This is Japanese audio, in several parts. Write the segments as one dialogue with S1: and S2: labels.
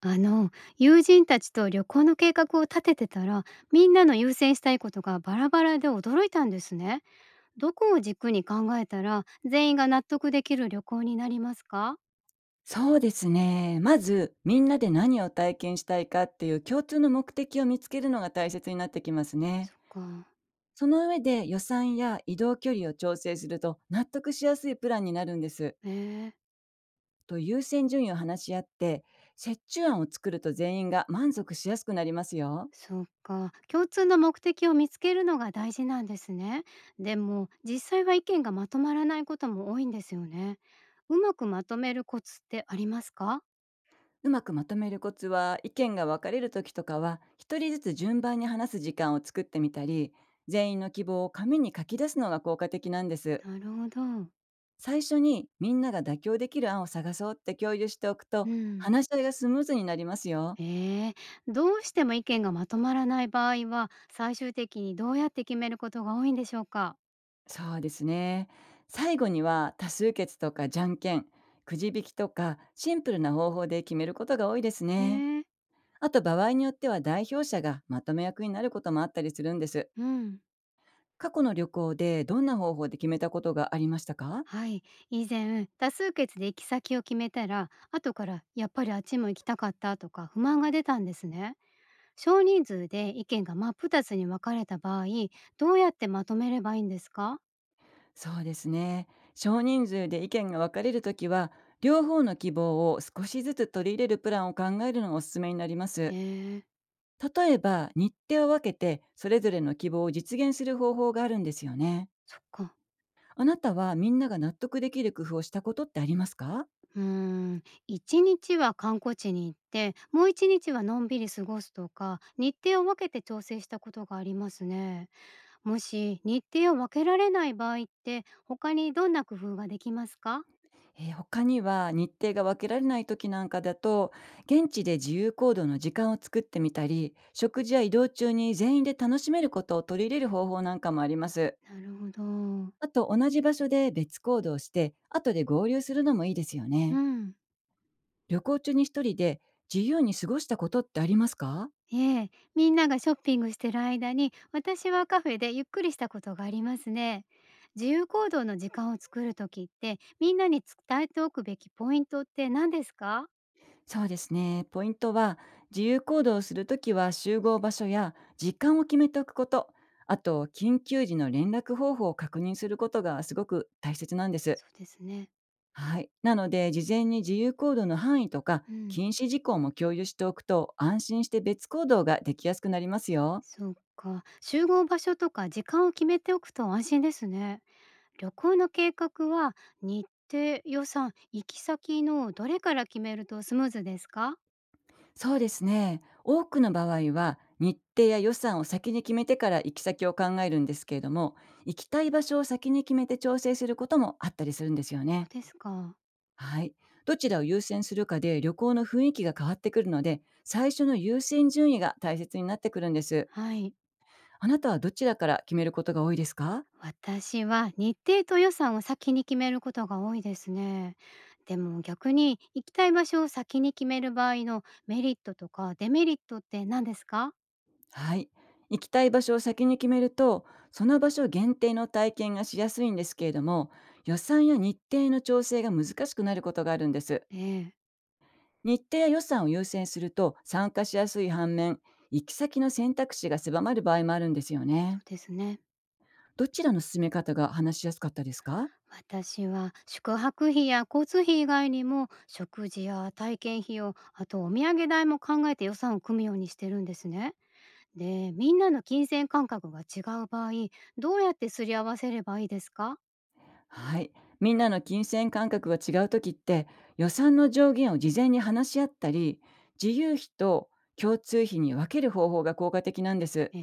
S1: あの友人たちと旅行の計画を立ててたら、みんなの優先したいことがバラバラで驚いたんですね。どこを軸に考えたら全員が納得できる旅行になりますか？
S2: そうですね。まず、みんなで何を体験したいかっていう共通の目的を見つけるのが大切になってきますね。
S1: そっか。
S2: その上で予算や移動距離を調整すると納得しやすいプランになるんです。
S1: えー、
S2: と優先順位を話し合って、折衷案を作ると全員が満足しやすくなりますよ。
S1: そっか。共通の目的を見つけるのが大事なんですね。でも実際は意見がまとまらないことも多いんですよね。うまくまとめるコツってありますか？
S2: うまくまとめるコツは、意見が分かれる時とかは、一人ずつ順番に話す時間を作ってみたり、全員の希望を紙に書き出すのが効果的なんです。
S1: なるほど。
S2: 最初にみんなが妥協できる案を探そうって共有しておく
S1: う
S2: と
S1: ん。
S2: 話し合いがスムーズになりますよ。
S1: ええ、どうしても意見がまとまらない場合は、最終的にどうやって決めることが多いんでしょうか？
S2: そうですね。最後には多数決とかじゃんけん、くじ引きとかシンプルな方法で決めることが多いですね。
S1: ねえ、
S2: あと場合によっては代表者がまとめ役になることもあったりするんです。
S1: うん。
S2: 過去の旅行でどんな方法で決めたことがありましたか？
S1: はい、以前多数決で行き先を決めたら、後からやっぱりあっちも行きたかったとか不満が出たんですね。少人数で意見が真っ二つに分かれた場合、どうやってまとめればいいんですか？
S2: そうですね。少人数で意見が分かれるときは、両方の希望を少しずつ取り入れるプランを考えるのがおすすめになりま
S1: え
S2: す。
S1: え。
S2: 例えば、日程を分けてそれぞれの希望を実現する方法があるんですよね。
S1: そっか。
S2: あなたはみんなが納得できる工夫をしたことってありますか、
S1: うーん、1日は観光地に行って、もう1日はのんびり過ごすとか、日程を分けて調整したことがありますね。もし日程を分けられない場合って、他にどんな工夫ができますか？
S2: 他には日程が分けられない時なんかだと、現地で自由行動の時間を作ってみたり、食事や移動中に全員で楽しめることを取り入れる方法なんかもあります。
S1: なるほど。
S2: あと、同じ場所で別行動して、後で合流するのもいいですよ
S1: う
S2: ね。
S1: ん。
S2: 旅行中に一人で自由に過ごしたことってありますか？
S1: ええ、みんながショッピングしてる間に、私はカフェでゆっくりしたことがありますね。自由行動の時間を作るときって、みんなに伝えておくべきポイントって何ですか？
S2: そうですね。ポイントは、自由行動をするときは集合場所や時間を決めておくこと、あと、緊急時の連絡方法を確認することがすごく大切なんです。
S1: そうですね。
S2: はい。なので、事前に自由行動の範囲とか、
S1: うん。
S2: 禁止事項も共有しておくと、安心して別行動ができやすくなりますよ。
S1: そっか。集合場所とか時間を決めておくと安心ですね。旅行の計画は日程、予算、行き先のどれから決めるとスムーズですか？
S2: そうですね。多くの場合は、日程や予算を先に決めてから行き先を考えるんですけれども、行きたい場所を先に決めて調整することもあったりするんですよ
S1: そう
S2: ね。
S1: ですか。
S2: はい。どちらを優先するかで旅行の雰囲気が変わってくるので、最初の優先順位が大切になってくるんです。
S1: はい。
S2: あなたはどちらから決めることが多いですか？
S1: 私は日程と予算を先に決めることが多いですね。でも逆に行きたい場所を先に決める場合のメリットとかデメリットって何ですか？
S2: はい。行きたい場所を先に決めると、その場所限定の体験がしやすいんですけれども、予算や日程の調整が難しくなることがあるんです。
S1: ええ、
S2: 日程や予算を優先すると参加しやすい反面、行き先の選択肢が狭まる場合もあるんですよ
S1: そ
S2: ね。
S1: うですね。
S2: どちらの進め方が話しやすかったですか？
S1: 私は宿泊費や交通費以外にも食事や体験費用、あとお土産代も考えて予算を組むようにしてるんですね。でみんなの金銭感覚が違う場合、どうやってすり合わせればいいですか？
S2: はい。みんなの金銭感覚が違う時って、予算の上限を事前に話し合ったり、自由費と共通費に分ける方法が効果的なんです。
S1: え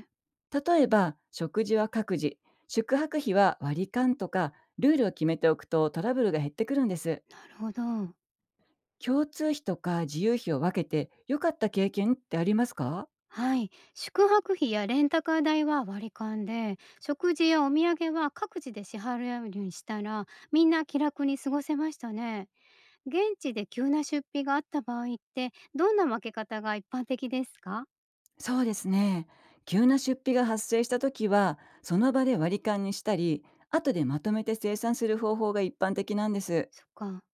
S1: ー、
S2: 例えば、食事は各自、宿泊費は割り勘とか、ルールを決めておくとトラブルが減ってくるんです。
S1: なるほど。
S2: 共通費とか自由費を分けて良かった経験ってありますか？
S1: はい。宿泊費やレンタカー代は割り勘で、食事やお土産は各自で支払うようにしたら、みんな気楽に過ごせましたね。現地で急な出費があった場合って、どんな分け方が一般的ですか？
S2: そうですね。急な出費が発生した時は、その場で割り勘にしたり、後でまとめて生産する方法が一般的なんです。
S1: そっか。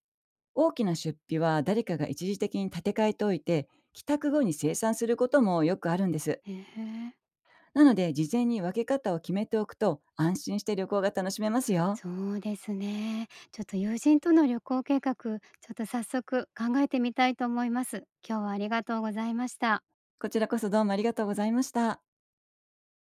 S2: 大きな出費は誰かが一時的に立て替えておいて、帰宅後に清算することもよくあるんです。
S1: へえ。
S2: なので、事前に分け方を決めておくと、安心して旅行が楽しめますよ。
S1: そうですね。ちょっと友人との旅行計画、ちょっと早速考えてみたいと思います。今日はありがとうございました。
S2: こちらこそどうもありがとうございました。